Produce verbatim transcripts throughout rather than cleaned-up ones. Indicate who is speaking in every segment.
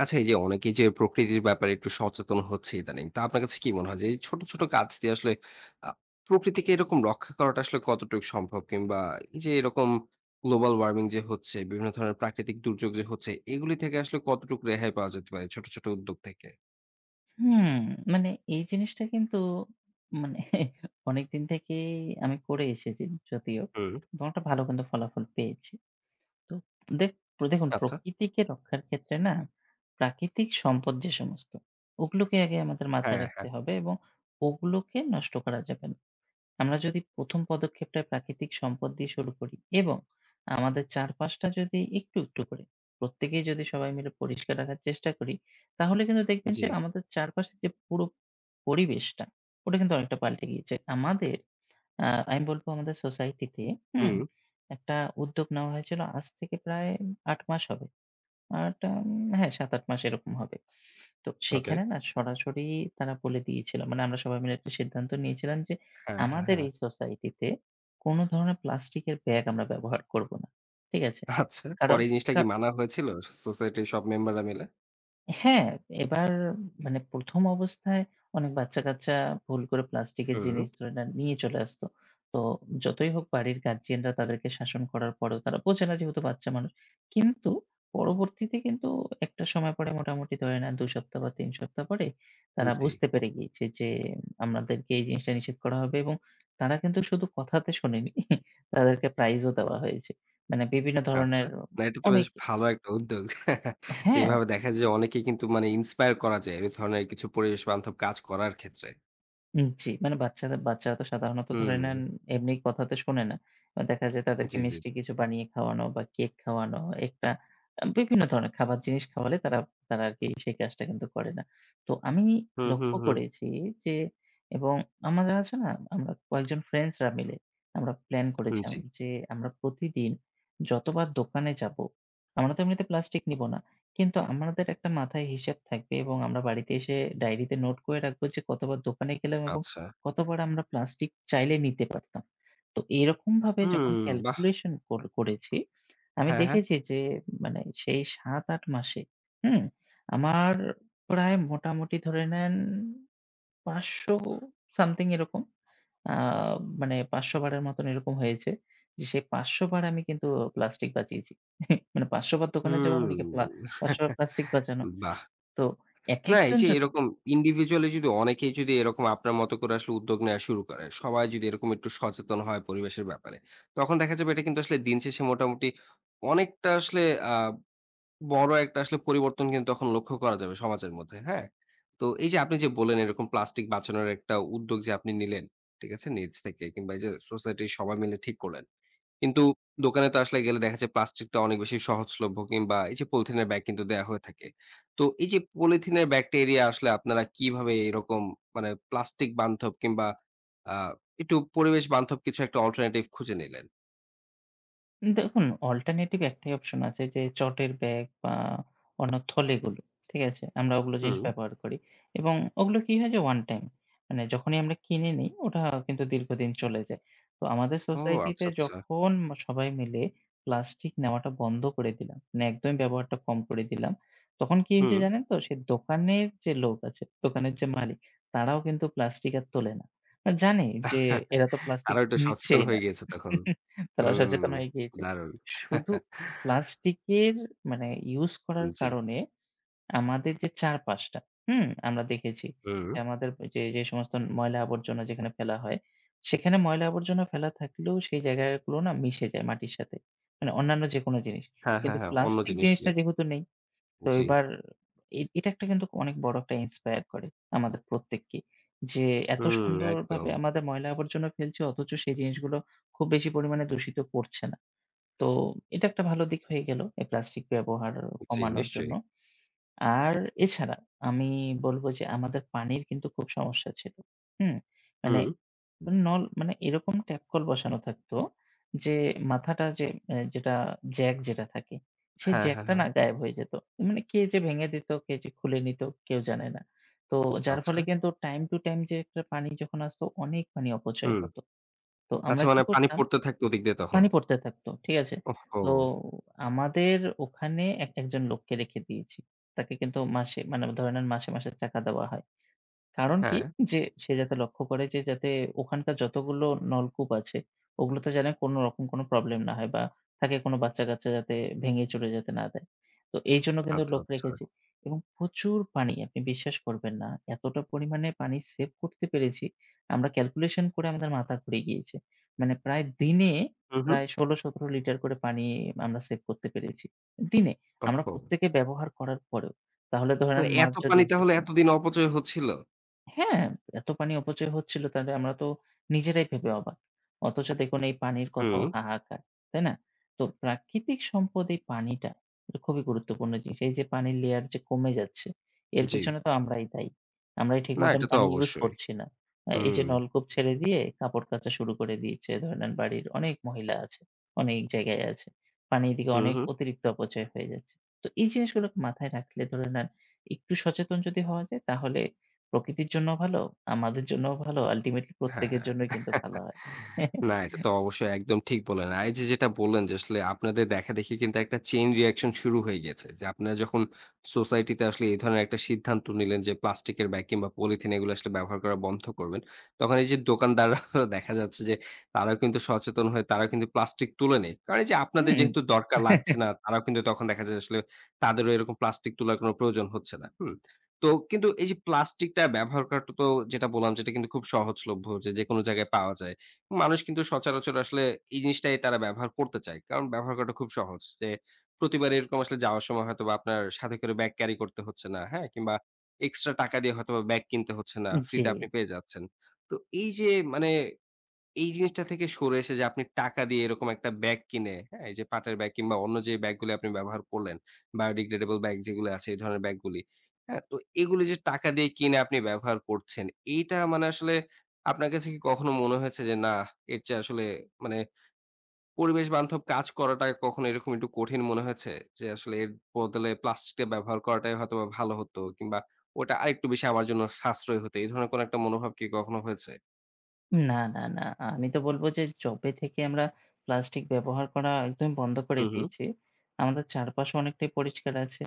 Speaker 1: আচ্ছা, এই যে অনেকেই যে প্রকৃতির ব্যাপারে একটু সচেতন হচ্ছে ইদানিং। তো আপনার কাছে কি মনে হয় যে এই ছোট, ছোট কাজ দিয়ে আসলে আ প্রকৃতিকে এরকম রক্ষা করাটা আসলে কতটুকু সম্ভব? কিংবা এই যে এরকম গ্লোবাল ওয়ার্মিং যে হচ্ছে, বিভিন্ন ধরনের প্রাকৃতিক দুর্যোগ যে হচ্ছে, এগুলি থেকে আসলে কতটুকু রেহাই পাওয়া যেতে পারে ছোট, ছোট উদ্যোগ থেকে?
Speaker 2: হুম, মানে এই জিনিসটা কিন্তু মানে অনেকদিন থেকেই আমি করে এসেছি যদিও।
Speaker 1: হুম।
Speaker 2: এবং একটা ভালো কিন্তু ফলাফল পেয়েছি। তো দেখ দেখুন
Speaker 1: আচ্ছা।
Speaker 2: প্রকৃতিকে রক্ষার ক্ষেত্রে না প্রাকৃতিক সম্পদ যে সমস্ত, ওগুলোকে আগে আমাদের মাথায়
Speaker 1: হ্যাঁ,
Speaker 2: রাখতে
Speaker 1: হ্যাঁ।
Speaker 2: হবে এবং ওগুলোকে নষ্ট করা যাবে না। আমরা যদি প্রথম পদক্ষেপটা প্রাকৃতিক সম্পদ দিয়ে শুরু করি এবং আমাদের চারপাশটা যদি একটু, একটু করে প্রত্যেকেই যদি সবাই মিলে পরিষ্কার রাখার চেষ্টা করি, তাহলে কিন্তু দেখবেন
Speaker 1: জি।
Speaker 2: যে আমাদের চারপাশের যে পুরো পরিবেশটা, ওটা কিন্তু অনেকটা পাল্টে গিয়েছে। আমাদের আ আমি বলব আমাদের সোসাইটিতে, হুম?
Speaker 1: হুম।
Speaker 2: একটা উদ্যোগ নেওয়া হয়েছিল আজ থেকে প্রায় আট মাস হবে। আটা উম হ্যাঁ, সাত আট মাস এরকম হবে। তো
Speaker 1: ওকে।
Speaker 2: সেইখানে না সরাসরি তারা বলে দিয়েছিল। মানে আমরা সবাই মিলে একটা সিদ্ধান্ত নিয়েছিলাম যে
Speaker 1: হ্যাঁ, হ্যাঁ,
Speaker 2: আমাদের
Speaker 1: হ্যাঁ।
Speaker 2: এই সোসাইটিতে কোন ধরনের প্লাস্টিকের ব্যাগ আমরা ব্যবহার করব না। ঠিক আছে?
Speaker 1: আচ্ছা।
Speaker 2: কারণ
Speaker 1: পরে এই জিনিসটা
Speaker 2: কা
Speaker 1: কি মানা হয়েছিল সোসাইটির সব মেম্বাররা মিলে?
Speaker 2: হ্যাঁ, এবার মানে প্রথম অবস্থায় অনেক বাচ্চা-কাচ্চা ভুল করে প্লাস্টিকের
Speaker 1: হুম,
Speaker 2: জিনিস ধরে নেন নিয়ে চলে আসত। তো যতই হোক বাড়ির গার্ডিয়ানরা তাদেরকে শাসন করার পরেও তারা বোঝে না যেহেতু বাচ্চা মানুষ। কিন্তু পরবর্তীতে কিন্তু একটা সময় পরে মোটামুটি ধরে নেন দুই সপ্তাহ বা তিন সপ্তাহ পরে তারা
Speaker 1: জি।
Speaker 2: বুঝতে পেরে গিয়েছে যে আমাদেরকে এই জিনিসটা নিষেধ করা হবে এবং তারা কিন্তু শুধু কথাতে শোনেনি, তাদেরকে প্রাইজও দেওয়া হয়েছে। মানে বিভিন্ন
Speaker 1: আচ্ছা।
Speaker 2: ধরনের
Speaker 1: না, এটা তো
Speaker 2: অনেক,
Speaker 1: বেশ ভালো একটা উদ্যোগ। যে
Speaker 2: হ্যাঁ।
Speaker 1: এভাবে দেখা যায় যে অনেকেই কিন্তু মানে ইন্সপায়ার করা যায় এই ধরনের কিছু পরিবেশ বান্ধব কাজ করার ক্ষেত্রে।
Speaker 2: উম জি, মানে বাচ্চাদের বাচ্চারা তো সাধারণত ধরে
Speaker 1: হুম।
Speaker 2: নেন এমনি কথাতে শোনে না। আ দেখা যায় তাদেরকে
Speaker 1: জি, জি,
Speaker 2: মিষ্টি
Speaker 1: জি।
Speaker 2: কিছু বানিয়ে খাওয়ানো বা কেক খাওয়ানো একটা আ বিভিন্ন ধরনের খাবার জিনিস খাওয়ালে তারা তারা আরকি সেই কাজটা কিন্তু করে না। তো আমি
Speaker 1: হুম, হুম,
Speaker 2: লক্ষ্য
Speaker 1: হুম।
Speaker 2: করেছি যে এবং আমাদের আছে না, আমরা কয়েকজন ফ্রেন্ডসরা মিলে আমরা প্ল্যান
Speaker 1: হুম,
Speaker 2: করেছিলাম
Speaker 1: জি।
Speaker 2: যে আমরা প্রতিদিন যতবার দোকানে যাবো, আমরা তো এমনিতে প্লাস্টিক নিব না। কিন্তু আমাদের একটা মাথায় হিসাব থাকবে এবং আমরা বাড়িতে এসে ডায়েরিতে নোট করে রাখবো যে কতবার দোকানে গেলাম এবং
Speaker 1: আচ্ছা।
Speaker 2: কতবার আমরা প্লাস্টিক চাইলে নিতে পারতাম। তো এরকমভাবে যখন
Speaker 1: হুম। বাহ!
Speaker 2: ক্যালকুলেশন কর করেছি, আমি
Speaker 1: হ্যাঁ, হ্যাঁ।
Speaker 2: দেখেছি যে মানে সেই সাত আট মাসে, হুম? আমার প্রায় মোটামুটি ধরে নেন পাঁচশো সামথিং এরকম। আ মানে পাঁচশো বারের মতন এরকম হয়েছে যে, সেই পাঁচশো বার আমি কিন্তু প্লাস্টিক বাঁচিয়েছি। মানে পাঁচশো বার দোকানে যাওয়া
Speaker 1: হুম।
Speaker 2: মানে কি প্লা পাঁচশো বার প্লাস্টিক বাঁচানো।
Speaker 1: বাহ!
Speaker 2: তো
Speaker 1: না, এই
Speaker 2: একেকজন
Speaker 1: যে
Speaker 2: যদি।
Speaker 1: এরকম ইন্ডিভিজুয়ালি যদি অনেকেই যদি এরকম আপনার মতো করে আসলে উদ্যোগ নেওয়া শুরু করে, সবাই যদি এরকম একটু সচেতন হয় পরিবেশের ব্যাপারে, তখন দেখা যাবে এটা কিন্তু আসলে দিন শেষে মোটামুটি অনেকটা আসলে আ বড় একটা আসলে পরিবর্তন কিন্তু তখন লক্ষ্য করা যাবে সমাজের মধ্যে, হ্যাঁ? তো এই যে আপনি যে বললেন এরকম প্লাস্টিক বাঁচানোর একটা উদ্যোগ যে আপনি নিলেন, ঠিক আছে? নিজ থেকে কিংবা এই যে সোসাইটির সবাই মিলে ঠিক করলেন। কিন্তু দোকানে তো আসলে গেলে দেখা যায় প্লাস্টিকটা অনেক বেশি সহজলভ্য কিংবা এই যে পলিথিনের ব্যাগ কিন্তু দেয়া হয়ে থাকে। তো এই যে পলিথিনের ব্যাগটা এড়িয়ে আসলে আপনারা কিভাবে এরকম মানে প্লাস্টিক বান্ধব কিংবা আ একটু পরিবেশ বান্ধব কিছু একটা অল্টারনেটিভ খুঁজে নিলেন?
Speaker 2: দেখুন, অল্টারনেটিভ একটাই অপশন আছে, যে চটের ব্যাগ বা অন্য থলেগুলো। ঠিক আছে? আমরা ওগুলো জিনিস
Speaker 1: হুম।
Speaker 2: ব্যবহার করি এবং ওগুলো কি হয় যে ওয়ান টাইম। মানে যখনই আমরা কিনে নিই ওটা কিন্তু দীর্ঘদিন চলে যায়। তো আমাদের
Speaker 1: ও,
Speaker 2: সোসাইটিতে
Speaker 1: আচ্ছা, আচ্ছা।
Speaker 2: যখন সবাই মিলে প্লাস্টিক নেওয়াটা বন্ধ করে দিলাম, মানে একদমই ব্যবহারটা কম করে দিলাম, তখন কি হয়েছে
Speaker 1: হুম।
Speaker 2: জানেন তো? সেই দোকানের যে লোক আছে, দোকানের যে মালিক, তারাও কিন্তু প্লাস্টিক আর তোলে না। আর জানে যে এরা তো প্লাস্টিক
Speaker 1: তারাও একটু সচেতন
Speaker 2: নিচ্ছেই না।
Speaker 1: হয়ে গিয়েছে তখন।
Speaker 2: তারা
Speaker 1: হুম,
Speaker 2: সচেতন হয়ে গিয়েছে।
Speaker 1: দারুণ।
Speaker 2: শুধু প্লাস্টিকের মানে ইউজ করার
Speaker 1: জি।
Speaker 2: কারণে আমাদের যে চারপাশটা, হুম? আমরা দেখেছি
Speaker 1: হুম।
Speaker 2: যে আমাদের যে, যে সমস্ত ময়লা আবর্জনা যেখানে ফেলা হয়, সেখানে ময়লা আবর্জনা ফেলা থাকলেও সেই জায়গাগুলো না মিশে যায় মাটির সাথে। মানে অন্যান্য যেকোনো জিনিস।
Speaker 1: হ্যাঁ,
Speaker 2: কিন্তু
Speaker 1: হ্যাঁ, হ্যাঁ। অন্য
Speaker 2: প্লাস্টিক জিনিসটা
Speaker 1: জিনিসগুলি।
Speaker 2: যেহেতু নেই, তো
Speaker 1: জি।
Speaker 2: এবার এ এটা একটা কিন্তু অনেক বড় একটা ইন্সপায়ার করে আমাদের প্রত্যেককেই। যে এত
Speaker 1: হুম,
Speaker 2: সুন্দরভাবে
Speaker 1: একদম।
Speaker 2: আমাদের ময়লা আবর্জনা ফেলছি অথচ সেই জিনিসগুলো খুব বেশি পরিমাণে দূষিত করছে না। তো এটা একটা ভালো দিক হয়ে গেল এই প্লাস্টিক ব্যবহার
Speaker 1: জি,
Speaker 2: কমানোর জন্য।
Speaker 1: নিশ্চয়ই।
Speaker 2: আর এছাড়া আমি বলব যে আমাদের পানির কিন্তু খুব সমস্যা ছিল। হুম? মানে
Speaker 1: হুম।
Speaker 2: মানে নল, মানে এরকম ট্যাপ কল বসানো থাকতো যে মাথাটা যে এ যেটা জ্যাক যেটা থাকে, সেই
Speaker 1: হ্যাঁ, হ্যাঁ,
Speaker 2: জ্যাকটা
Speaker 1: হ্যাঁ।
Speaker 2: না গায়েব হয়ে যেত। মানে কে যে ভেঙে দিত, কে যে খুলে নিত কেউ জানে না। তো যার
Speaker 1: আচ্ছা।
Speaker 2: ফলে কিন্তু টাইম টু টাইম যে একটা পানি যখন আসতো অনেক পানি অপচয়
Speaker 1: হুম।
Speaker 2: হতো। তো
Speaker 1: আচ্ছা,
Speaker 2: আমরা কি
Speaker 1: মানে পানি
Speaker 2: করতাম?
Speaker 1: পড়তে থাকতো ওদিক দিয়ে তখন।
Speaker 2: পানি পড়তে থাকতো। ঠিক আছে?
Speaker 1: ওহহো!
Speaker 2: তো আমাদের ওখানে এক একজন লোককে রেখে দিয়েছি। তাকে কিন্তু মাসে, মানে ধরে নেন মাসে, মাসে টাকা দেওয়া হয়। কারণ কি?
Speaker 1: হ্যাঁ।
Speaker 2: যে সে যাতে লক্ষ্য করে যে যাতে ওখানকার যতগুলো নলকূপ আছে, ওগুলোতে যেন কোনো রকম কোনো প্রবলেম না হয় বা তাকে কোনো বাচ্চা-কাচ্চা যাতে ভেঙে চুরে যেতে না দেয়। তো এইজন্য কিন্তু
Speaker 1: আচ্ছা,
Speaker 2: লোক
Speaker 1: আচ্ছা।
Speaker 2: রেখেছি এবং প্রচুর পানি, আপনি বিশ্বাস করবেন না। এতটা পরিমাণে পানি সেভ করতে পেরেছি, আমরা ক্যালকুলেশন করে আমাদের মাথা ঘুরে গিয়েছে। মানে প্রায় দিনে
Speaker 1: হু, হু।
Speaker 2: প্রায় ষোলো সতেরো লিটার করে পানি আমরা সেভ করতে পেরেছি। দিনে! আমরা
Speaker 1: ওহহো!
Speaker 2: প্রত্যেকে ব্যবহার করার পরেও। তাহলে ধরেন
Speaker 1: মানে
Speaker 2: মাস
Speaker 1: এত
Speaker 2: যদি
Speaker 1: পানি
Speaker 2: হিসেব
Speaker 1: তাহলে
Speaker 2: করি,
Speaker 1: এতদিন অপচয় হচ্ছিল?
Speaker 2: হ্যাঁ, এত পানি অপচয় হচ্ছিল, তাহলে আমরা তো নিজেরাই ভেবে অবাক। অথচ দেখুন এই পানির কত
Speaker 1: হুম,
Speaker 2: হাহাকার, তাই না? তো প্রাকৃতিক সম্পদ এই পানিটা, এটা খুবই গুরুত্বপূর্ণ জিনিস। এই যে পানির লেয়ার যে কমে যাচ্ছে, এর
Speaker 1: জি।
Speaker 2: পেছনে তো আমরাই দায়ী। আমরাই ঠিক
Speaker 1: না,
Speaker 2: মতন
Speaker 1: এটা তো
Speaker 2: পানি ইউজ
Speaker 1: অবশ্যই।
Speaker 2: করছি না। আ এই যে
Speaker 1: হুম।
Speaker 2: নলকূপ ছেড়ে দিয়ে কাপড় কাচা শুরু করে দিয়েছে, ধরে নেন বাড়ির অনেক মহিলা আছে, অনেক জায়গায় আছে। পানি এদিকে
Speaker 1: হু,
Speaker 2: অনেক
Speaker 1: হু।
Speaker 2: অতিরিক্ত অপচয় হয়ে যাচ্ছে। তো এই জিনিসগুলোকে মাথায় রাখলে, ধরে নেন, একটু সচেতন যদি হওয়া যায় তাহলে প্রকৃতির জন্যও ভালো, আমাদের জন্যও ভালো। আল্টিমেটলি প্রত্যেকের
Speaker 1: হ্যাঁ।
Speaker 2: জন্যই কিন্তু ভালো হয়।
Speaker 1: না, এটা তো অবশ্যই একদম ঠিক বললেন। আর এই যে যেটা বললেন যে আসলে আপনাদের দেখাদেখি কিন্তু একটা চেইন রিঅ্যাকশন শুরু হয়ে গেছে। যে আপনারা যখন সোসাইটিতে আসলে এই ধরনের একটা সিদ্ধান্ত নিলেন যে প্লাস্টিকের ব্যাগ কিংবা পলিথিন এগুলো আসলে ব্যবহার করা বন্ধ করবেন। তখন এই যে দোকানদাররা দেখা যাচ্ছে যে তারাও কিন্তু সচেতন হয়ে তারাও কিন্তু প্লাস্টিক তুলে নেয়। কারণ এই যে আপনাদের
Speaker 2: হুম।
Speaker 1: যেহেতু দরকার লাগছে না তারাও কিন্তু তখন দেখা যায় আসলে তাদেরও এরকম প্লাস্টিক তোলার কোনো প্রয়োজন হচ্ছে না। হুম? তো কিন্তু এই যে প্লাস্টিকটা ব্যবহার করাটা তো যেটা বললাম যেটা কিন্তু খুব সহজলভ্য যে যেকোনো জায়গায় পাওয়া যায়। মানুষ কিন্তু সচরাচর আসলে এই জিনিসটাই তারা ব্যবহার করতে চায়। কারণ ব্যবহার করাটা খুব সহজ। যে প্রতিবার এরকম আসলে যাওয়ার সময় হয়তোবা আপনার সাথে করে ব্যাগ ক্যারি করতে হচ্ছে না, হ্যাঁ? কিংবা এক্সট্রা টাকা দিয়ে হয়তোবা ব্যাগ কিনতে হচ্ছে না।
Speaker 2: জি।
Speaker 1: ফ্রিতে আপনি পেয়ে যাচ্ছেন। তো এই যে মানে এই জিনিসটা থেকে সরে এসে যে আপনি টাকা দিয়ে এরকম একটা ব্যাগ কিনে, হ্যাঁ? এই যে পাটের ব্যাগ কিংবা অন্য যে ব্যাগগুলো আপনি ব্যবহার করলেন, biodegradable ব্যাগ যেগুলো আছে এই ধরনের ব্যাগগুলি। হ্যাঁ? তো এগুলো যে টাকা দিয়ে কিনে আপনি ব্যবহার করছেন, এইটা মানে আসলে আপনার কাছে কি কখনো মনে হয়েছে যে না, এর চেয়ে আসলে মানে পরিবেশ বান্ধব কাজ করাটা কখনো এরকম একটু কঠিন মনে হয়েছে? যে আসলে এর বদলে প্লাস্টিকটা ব্যবহার করাটাই হয়তোবা ভালো হতো কিংবা ওটা আরেকটু বেশি আমার জন্য সাশ্রয় হতো। এই ধরনের কোনো একটা মনোভাব কি কখনো হয়েছে?
Speaker 2: না, না, না। আমি তো বলব যে যবে থেকে আমরা প্লাস্টিক ব্যবহার করা একদম বন্ধ করে
Speaker 1: হু, হু।
Speaker 2: দিয়েছি, আমাদের চারপাশ অনেকটাই পরিষ্কার আছে।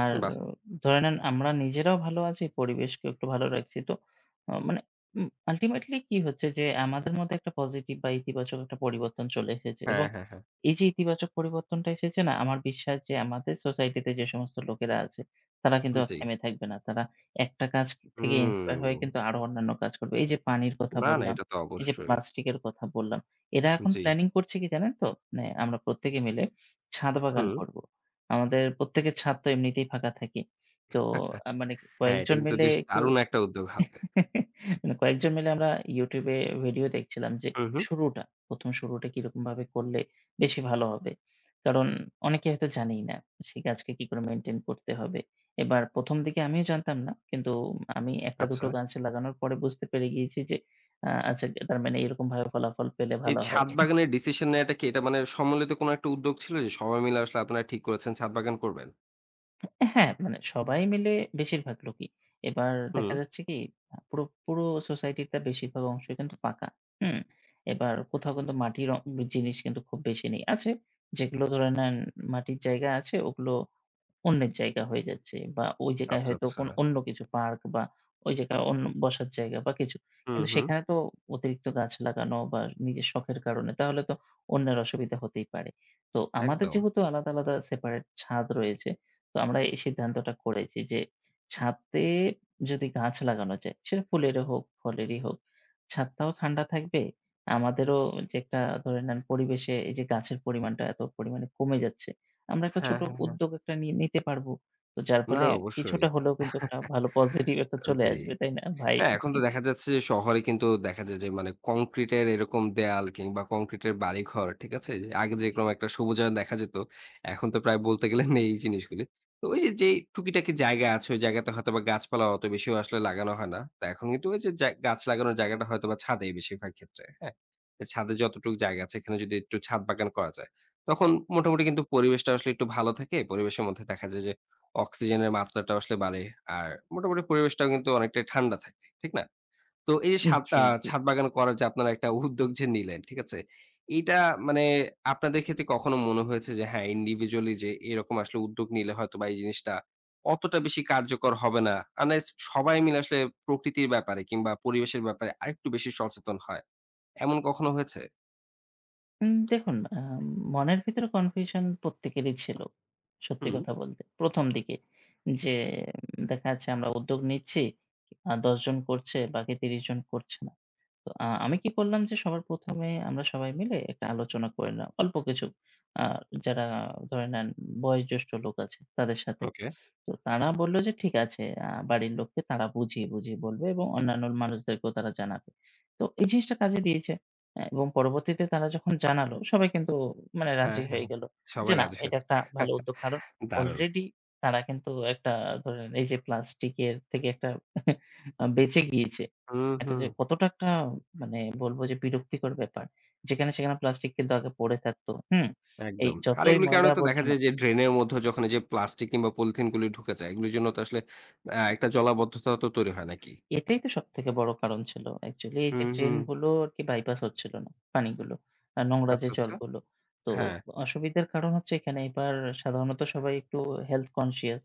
Speaker 2: আর
Speaker 1: বাহ!
Speaker 2: ধরে নেন আমরা নিজেরাও ভালো আছি, পরিবেশকে একটু ভালো রাখছি। তো আ মানে উম আল্টিমেটলি কি হচ্ছে যে আমাদের মধ্যে একটা পজিটিভ বা ইতিবাচক একটা পরিবর্তন চলে এসেছে
Speaker 1: হ্যাঁ,
Speaker 2: এবং
Speaker 1: হ্যাঁ, হ্যাঁ।
Speaker 2: এই যে ইতিবাচক পরিবর্তনটা এসেছে, না? আমার বিশ্বাস যে আমাদের সোসাইটিতে যে সমস্ত লোকেরা আছে তারা কিন্তু আর
Speaker 1: জি।
Speaker 2: থেমে থাকবে না। তারা একটা কাজ থেকে ইন্সপায়ার
Speaker 1: হুম।
Speaker 2: হয়ে কিন্তু আরো অন্যান্য কাজ করবে। এই যে পানির কথা
Speaker 1: না, না,
Speaker 2: বললাম,
Speaker 1: এটা তো
Speaker 2: এই যে
Speaker 1: অবশ্যই।
Speaker 2: প্লাস্টিকের কথা বললাম। এরা এখন
Speaker 1: জি।
Speaker 2: প্ল্যানিং করছে কি জানেন তো? মানে আমরা প্রত্যেকে মিলে ছাদ বাগান
Speaker 1: হুম।
Speaker 2: করব। আমাদের প্রত্যেকের ছাদ তো এমনিতেই ফাঁকা থাকে। তো আ মানে
Speaker 1: হ্যাঁ, এটা
Speaker 2: কয়েকজন
Speaker 1: কিন্তু
Speaker 2: মিলে
Speaker 1: বেশ
Speaker 2: একটু
Speaker 1: দারুণ একটা উদ্যোগ হবে।
Speaker 2: মানে কয়েকজন মিলে আমরা YouTube এ ভিডিও দেখছিলাম যে
Speaker 1: হুম, হুম।
Speaker 2: শুরুটা, প্রথম শুরুটা কিরকমভাবে করলে বেশি ভালো হবে। কারণ অনেকে হয়তো জানেই না সেই গাছকে কি করে মেইনটেইন করতে হবে। এবার প্রথম দিকে আমিও জানতাম না। কিন্তু আমি এক টা দুই
Speaker 1: আচ্ছা।
Speaker 2: টো গাছ লাগানোর পরে বুঝতে পেরে গিয়েছি যে আ আচ্ছা, তার মানে এরকমভাবে ফলাফল পেলে
Speaker 1: এই
Speaker 2: ভালো হয়।
Speaker 1: ছাদ বাগানের ডিসিশন নেয়াটা কি এটা মানে সম্মিলিত কোনো একটা উদ্যোগ ছিল যে সবাই মিলে আসলে আপনারা ঠিক করেছেন ছাদ বাগান করবেন?
Speaker 2: হ্যাঁ, মানে সবাই মিলে, বেশিরভাগ লোকই। এবার
Speaker 1: হুম।
Speaker 2: দেখা যাচ্ছে কি, আ পুরো, পুরো সোসাইটিটা বেশিরভাগ অংশই কিন্তু পাকা। হুম? এবার কোথাও কিন্তু মাটির অ জিনিস কিন্তু খুব বেশি নেই। আছে যেগুলো, ধরে নেন মাটির জায়গা আছে, ওগুলো অন্যের জায়গা হয়ে যাচ্ছে বা ওই জায়গায়
Speaker 1: আচ্ছা,
Speaker 2: হয়তো
Speaker 1: আচ্ছা।
Speaker 2: কোন অন্য কিছু পার্ক বা ওই জায়গায় অন্য বসার জায়গা বা কিছু।
Speaker 1: হুম,
Speaker 2: কিন্তু
Speaker 1: হুম।
Speaker 2: সেখানে তো অতিরিক্ত গাছ লাগানো বা নিজের শখের কারণে তাহলে তো অন্যের অসুবিধা হতেই পারে। তো আমাদের
Speaker 1: একদম।
Speaker 2: যেহেতু আলাদা, আলাদা সেপারেট ছাদ রয়েছে, তো আমরা এই সিদ্ধান্তটা করেছি যে ছাদে যদি গাছ লাগানো যায়, সেটা ফুলেরও হোক, ফলেরই হোক, ছাদটাও ঠান্ডা থাকবে। আমাদেরও যে একটা, ধরে নেন, পরিবেশে এই যে গাছের পরিমাণটা এত পরিমাণে কমে যাচ্ছে, আমরা একটা
Speaker 1: হ্যাঁ,
Speaker 2: ছোট
Speaker 1: হ্যাঁ, হ্যাঁ।
Speaker 2: উদ্যোগ একটা নি নিতে পারবো। তো যার
Speaker 1: না,
Speaker 2: ফলে
Speaker 1: অবশ্যই।
Speaker 2: কিছুটা হলেও কিন্তু একটা ভালো পজিটিভ একটা চলে
Speaker 1: জি।
Speaker 2: আসবে, তাই না, ভাই?
Speaker 1: না, এখন তো দেখা যাচ্ছে যে শহরে কিন্তু দেখা যায় যে মানে কংক্রিটের এরকম দেয়াল কিংবা কংক্রিটের বাড়িঘর, ঠিক আছে? যে আগে যেরকম একটা সবুজায়ন দেখা যেত, এখন তো প্রায় বলতে গেলে নেই এই জিনিসগুলি। তো ওই যে যেই টুকিটাকি জায়গা আছে, ওই জায়গাতে হয়তোবা গাছপালা অত বেশিও আসলে লাগানো হয় না। তো এখন কিন্তু ওই যে জা গাছ লাগানোর জায়গাটা হয়তোবা ছাদেই বেশিরভাগ ক্ষেত্রে, হ্যাঁ? তো ছাদে যতটুকু জায়গা আছে, এখানে যদি একটু ছাদ বাগান করা যায়, তখন মোটামুটি কিন্তু পরিবেশটা আসলে একটু ভালো থাকে। পরিবেশের মধ্যে দেখা যায় যে অক্সিজেনের মাত্রাটা আসলে বাড়ে। আর মোটামুটি পরিবেশটাও কিন্তু অনেকটাই ঠান্ডা থাকে। ঠিক না? তো এই যে ছাদ
Speaker 2: জি,
Speaker 1: আ
Speaker 2: জি।
Speaker 1: ছাদ বাগান করার যে আপনারা একটা উদ্যোগ যে নিলেন, ঠিক আছে? এইটা মানে আপনাদের ক্ষেত্রে কখনো মনে হয়েছে যে হ্যাঁ, ইন্ডিভিজুয়ালি যে এরকম আসলে উদ্যোগ নিলে হয়তোবা এই জিনিসটা অতটা বেশি কার্যকর হবে না। আনলেস সবাই মিলে আসলে প্রকৃতির ব্যাপারে কিংবা পরিবেশের ব্যাপারে আরেকটু বেশি সচেতন হয়। এমন কখনো হয়েছে?
Speaker 2: উম দেখুন, আ মনের ভিতরে কনফিউশন প্রত্যেকেরই ছিল। সত্যি
Speaker 1: হুম।
Speaker 2: কথা বলতে। ১ম দিকে যে উম, দেখা যাচ্ছে আমরা উদ্যোগ নিচ্ছি, আ দশ জন করছে, বাকি ত্রিশ জন করছে না। তো আ আমি কি করলাম যে সবার প্রথম এ আমরা সবাই মিলে একটা আলোচনা করে নিলাম। অল্প কিছু আ যারা, ধরে নেন, বয়োজ্যেষ্ঠ লোক আছে, তাদের সাথে।
Speaker 1: ওকে।
Speaker 2: তো তারা বলল যে ঠিক আছে, আ বাড়ির লোককে তারা বুঝিয়ে, বুঝিয়ে বলবে এবং অন্যান্য মানুষদেরকেও তারা জানাবে। তো এই জিনিসটা কাজে দিয়েছে। অ্যা এবং পরবর্তীতে তারা যখন জানালো, সবাই কিন্তু মানে
Speaker 1: হ্যাঁ,
Speaker 2: রাজি হয়ে
Speaker 1: হ্যাঁ।
Speaker 2: গেল। যে
Speaker 1: সবাই
Speaker 2: না,
Speaker 1: রাজি
Speaker 2: এটা
Speaker 1: হয়েছে।
Speaker 2: একটা ভালো উদ্যোগ। কারণ
Speaker 1: দারুণ।
Speaker 2: অলরেডি তারা কিন্তু একটা, ধরেন এই যে প্লাস্টিকের থেকে একটা আ বেঁচে গিয়েছে।
Speaker 1: হুম,
Speaker 2: এটা
Speaker 1: হুম।
Speaker 2: যে কতটা একটা, মানে বলব যে বিরক্তিকর ব্যাপার। যেখানে সেখানে প্লাস্টিক কিন্তু আগে পড়ে থাকতো। হুম? এই
Speaker 1: একদম। আর
Speaker 2: যতই
Speaker 1: এগুলির
Speaker 2: ময়লা
Speaker 1: কারণে তো দেখা
Speaker 2: আবর্জনা,
Speaker 1: যায় যে ড্রেনের মধ্যে যখন এই যে প্লাস্টিক কিংবা পলিথিন গুলি ঢুকে যায়, এগুলির জন্য তো আসলে আ একটা জলাবদ্ধতা তো তৈরি হয় নাকি?
Speaker 2: এটাই তো সবথেকে বড় কারণ ছিল। অ্যাকচুয়ালি এই যে
Speaker 1: হুম, হুম।
Speaker 2: ড্রেনগুলো আরকি বাইপাস হচ্ছিল না, পানিগুলো। আ নোংরা যে
Speaker 1: আচ্ছা, আচ্ছা।
Speaker 2: জলগুলো। তো
Speaker 1: হ্যাঁ।
Speaker 2: অসুবিধার কারণ হচ্ছে এখানে। এবার সাধারণত সবাই একটু হেলথ কনশিয়াস।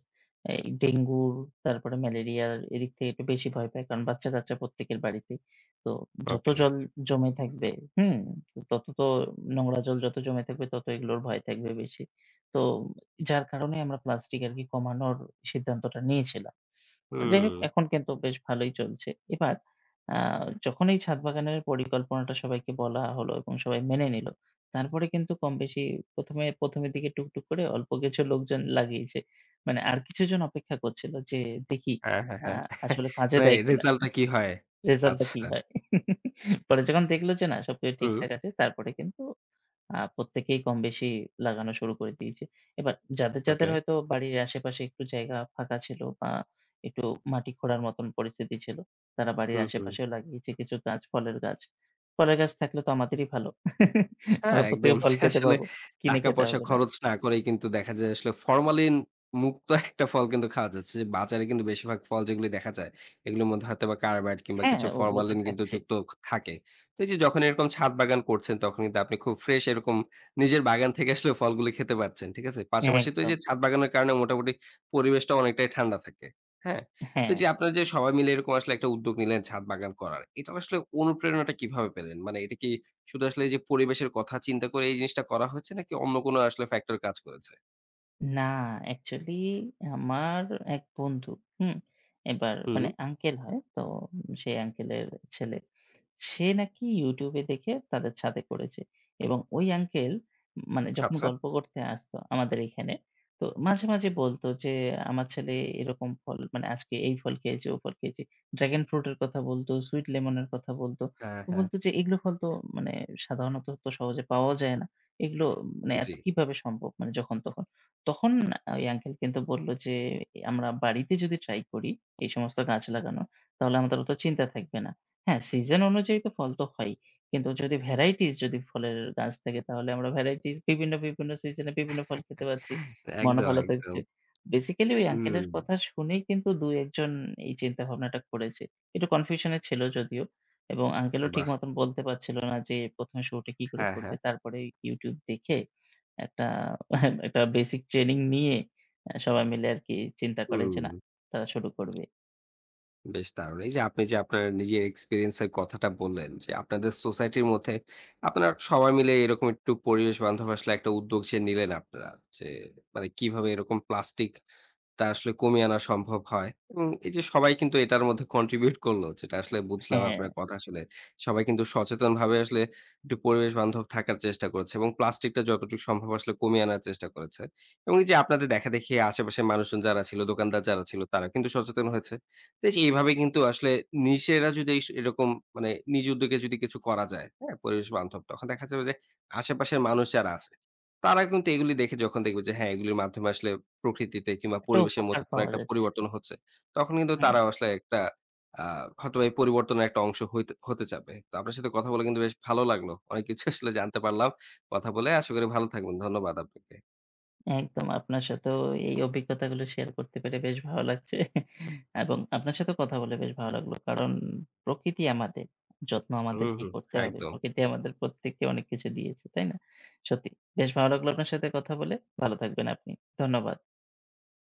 Speaker 2: এই ডেঙ্গুর, তারপরে ম্যালেরিয়ার এদিক থেকে একটু বেশি ভয় পায়। কারণ বাচ্চা-কাচ্চা প্রত্যেকের বাড়িতেই। তো যত
Speaker 1: ওকে।
Speaker 2: জল জমে থাকবে, হুম? তো তত তো নোংরা জল যত জমে থাকবে তত এগুলোর ভয় থাকবে বেশি। তো যার কারণে আমরা প্লাস্টিক আরকি কমানোর সিদ্ধান্তটা নিয়েছিলাম। যাই হোক
Speaker 1: হুম।
Speaker 2: এখন কিন্তু বেশ ভালোই চলছে। এবার আ যখন এই ছাদ বাগানের পরিকল্পনাটা সবাইকে বলা হলো এবং সবাই মেনে নিল, তারপরে কিন্তু কম বেশি প্রথমে, প্রথমের দিকে টুকটুক করে অল্প কিছু লোকজন লাগিয়েছে। মানে আর কিছুজন অপেক্ষা করছিল যে দেখি
Speaker 1: হ্যাঁ, হ্যাঁ,
Speaker 2: আ
Speaker 1: হ্যাঁ।
Speaker 2: আসলে কাজে
Speaker 1: মানে
Speaker 2: দেয় কিনা?
Speaker 1: রেজাল্টটা কি হয়?
Speaker 2: রেজাল্টটা কি
Speaker 1: আচ্ছা।
Speaker 2: হয়? পরে যখন দেখলো যে না, সবকিছু
Speaker 1: হুম।
Speaker 2: ঠিকঠাক আছে, তারপরে কিন্তু আ প্রত্যেকেই কমবেশি লাগানো শুরু করে দিয়েছি। এবার যাদের, যাদের
Speaker 1: ওকে।
Speaker 2: হয়তো বাড়ির আশেপাশে একটু জায়গা ফাঁকা ছিল বা একটু মাটি খোঁড়ার মতন পরিস্থিতি ছিল, তারা বাড়ির
Speaker 1: হুম, হুম।
Speaker 2: আশেপাশেও লাগিয়েছে কিছু গাছ, ফলের গাছ। ফলের গাছ থাকলে তো আমাদেরই ভালো।
Speaker 1: হ্যাঁ,
Speaker 2: আমরা প্রত্যেকে
Speaker 1: একদম।
Speaker 2: ফল
Speaker 1: যে
Speaker 2: খেতে
Speaker 1: আসলে
Speaker 2: পাবো। কিনে খেতে
Speaker 1: টাকা-পয়সা
Speaker 2: হবে না।
Speaker 1: খরচ না করেই কিন্তু দেখা যায় আসলে ফরমালিন মুক্ত একটা ফল কিন্তু খাওয়া যাচ্ছে। যে বাজারে কিন্তু বেশিরভাগ ফল যেগুলি দেখা যায়, এগুলোর মধ্যে হয়তোবা কার্বাইড কিংবা
Speaker 2: হ্যাঁ,
Speaker 1: কিছু
Speaker 2: ওগুলো তো
Speaker 1: ফরমালিন কিন্তু
Speaker 2: থাকছেই।
Speaker 1: যুক্ত খ থাকে। তো এই যে যখন এরকম ছাদ বাগান করছেন, তখন কিন্তু আপনি খুব ফ্রেশ এরকম নিজের বাগান থেকে আসলে ফলগুলি খেতে পারছেন। ঠিক আছে? পাশাপাশি তো এই
Speaker 2: একদম।
Speaker 1: যে ছাদ বাগানের কারণে মোটামুটি পরিবেশটা অনেকটাই ঠান্ডা থাকে। হ্যাঁ? তো
Speaker 2: হ্যাঁ।
Speaker 1: এই যে আপনারা যে সবাই মিলে এরকম আসলে একটা উদ্যোগ নিলেন ছাদ বাগান করার, এটার আসলে অনুপ্রেরণাটা কিভাবে পেলেন? মানে এটা কি শুধু আসলে এই যে পরিবেশের কথা চিন্তা করে এই জিনিসটা করা হয়েছে নাকি অন্য কোনো আসলে ফ্যাক্টর কাজ করেছে?
Speaker 2: না, অ্যাকচুয়ালি আমার এক বন্ধু, হুম? এবার
Speaker 1: হুম,
Speaker 2: মানে আঙ্কেল হয়। তো সেই আঙ্কেলের ছেলে। সে নাকি YouTube এ দেখে তাদের ছাদে করেছে। এবং ওই আঙ্কেল, মানে যখন
Speaker 1: আচ্ছা।
Speaker 2: গল্প করতে আসতো আমাদের এখানে, তো মাঝে, মাঝে বলতো যে, "আমার ছেলে এরকম ফল, মানে আজকে এই ফল খেয়েছে, ও ফল খেয়েছে।" ড্রাগন ফ্রুট এর কথা বলতো, সুইট লেমন এর কথা বলতো।
Speaker 1: হ্যাঁ,
Speaker 2: তো
Speaker 1: হ্যাঁ।
Speaker 2: বলতো যে, "এগুলো ফল তো, মানে সাধারণত তো সহজে পাওয়াও যায় না। এগুলো, মানে
Speaker 1: জি।
Speaker 2: এত কিভাবে সম্ভব? মানে যখন তখন।" তখন ওই আঙ্কেল কিন্তু বলল যে, "আমরা বাড়িতে যদি ট্রাই করি এই সমস্ত গাছ লাগানো, তাহলে আমাদের অত চিন্তা থাকবে না।" হ্যাঁ, সিজন অনুযায়ী তো ফল তো হয়ই। কিন্তু যদি ভ্যারাইটিস, যদি ফলের গাছ থাকে তাহলে আমরা ভ্যারাইটিস, বিভিন্ন, বিভিন্ন সিজনে বিভিন্ন ফল খেতে পারছি। মনও
Speaker 1: একদম,
Speaker 2: ভালো থাকছে।
Speaker 1: একদম।
Speaker 2: বেসিক্যালি ওই আঙ্কেলের
Speaker 1: হুম,
Speaker 2: কথা শুনেই কিন্তু দুই এক জন এই চিন্তা ভাবনাটা করেছে। একটু কনফিউশন এ ছিল যদিও, এবং আঙ্কেলও ঠিক
Speaker 1: বাহ!
Speaker 2: মতন বলতে পারছিল না যে প্রথমে শুরুটা কি করে
Speaker 1: হ্যাঁ,
Speaker 2: করবে।
Speaker 1: হ্যাঁ।
Speaker 2: তারপরে YouTube দেখে একটা একটা বেসিক ট্রেনিং নিয়ে আ সবাই মিলে আরকি চিন্তা করে যে
Speaker 1: হুম,
Speaker 2: না, তারা শুরু করবে।
Speaker 1: বেশ দারুণ। এই যে আপনি যে আপনার নিজের এক্সপেরিয়েন্স এর কথাটা বললেন যে আপনাদের সোসাইটির মধ্যে আপনারা সবাই মিলে এরকম একটু পরিবেশ বান্ধব আসলে একটা উদ্যোগ যে নিলেন আপনারা যে মানে কিভাবে এরকম প্লাস্টিক টা আসলে কমিয়ে আনা সম্ভব হয় এবং এই যে সবাই কিন্তু এটার মধ্যে কন্ট্রিবিউট করলো যেটা আসলে বুঝলাম
Speaker 2: হ্যাঁ,
Speaker 1: আপনার কথা শুনে। সবাই কিন্তু সচেতনভাবে আসলে একটু পরিবেশ বান্ধব থাকার চেষ্টা করেছে এবং প্লাস্টিকটা যতটুকু সম্ভব আসলে কমিয়ে আনার চেষ্টা করেছে। এবং এই যে আপনাদের দেখাদেখি আশেপাশের মানুষজন যারা ছিল, দোকানদার যারা ছিল তারা কিন্তু সচেতন হয়েছে। তো এই যে এইভাবে কিন্তু আসলে নিজেরা যদি এস এরকম মানে নিজ উদ্যোগে যদি কিছু করা যায়, হ্যাঁ? পরিবেশ বান্ধব তখন দেখা যাবে যে আশেপাশের মানুষ যারা আছে তারা কিন্তু এগুলি দেখে যখন দেখবে যে হ্যাঁ, এগুলির মাধ্যমে আসলে প্রকৃতিতে কিংবা
Speaker 2: একটা
Speaker 1: পরিবেশের
Speaker 2: উপকার
Speaker 1: মধ্যে কোনো
Speaker 2: পাওয়া
Speaker 1: একটা
Speaker 2: যাচ্ছে।
Speaker 1: পরিবর্তন হচ্ছে। তখন কিন্তু
Speaker 2: হুম,
Speaker 1: তারা আসলে একটা আ হয়তোবা এই পরিবর্তনের একটা অংশ হইতে হতে চাবে। তো আপনার সাথে কথা বলে কিন্তু বেশ ভালো লাগলো। অনেক কিছু আসলে জানতে পারলাম। কথা বলে আশা করি ভালো থাকবেন। ধন্যবাদ আপনাকে।
Speaker 2: একদম, আপনার সাথেও এই অভিজ্ঞতাগুলো শেয়ার করতে পেরে বেশ ভালো লাগছে। এবং আপনার সাথেও কথা বলে বেশ ভালো লাগলো। কারণ প্রকৃতি আমাদের। যত্ন আমাদের
Speaker 1: হুম,
Speaker 2: কি
Speaker 1: হুম।
Speaker 2: করতে হবে।
Speaker 1: একদম।
Speaker 2: প্রকৃতি আমাদের প্রত্যেককে অনেক কিছু দিয়েছে, তাই না? সত্যি। বেশ ভালো লাগলো আপনার সাথে কথা বলে। ভালো থাকবেন আপনি। ধন্যবাদ।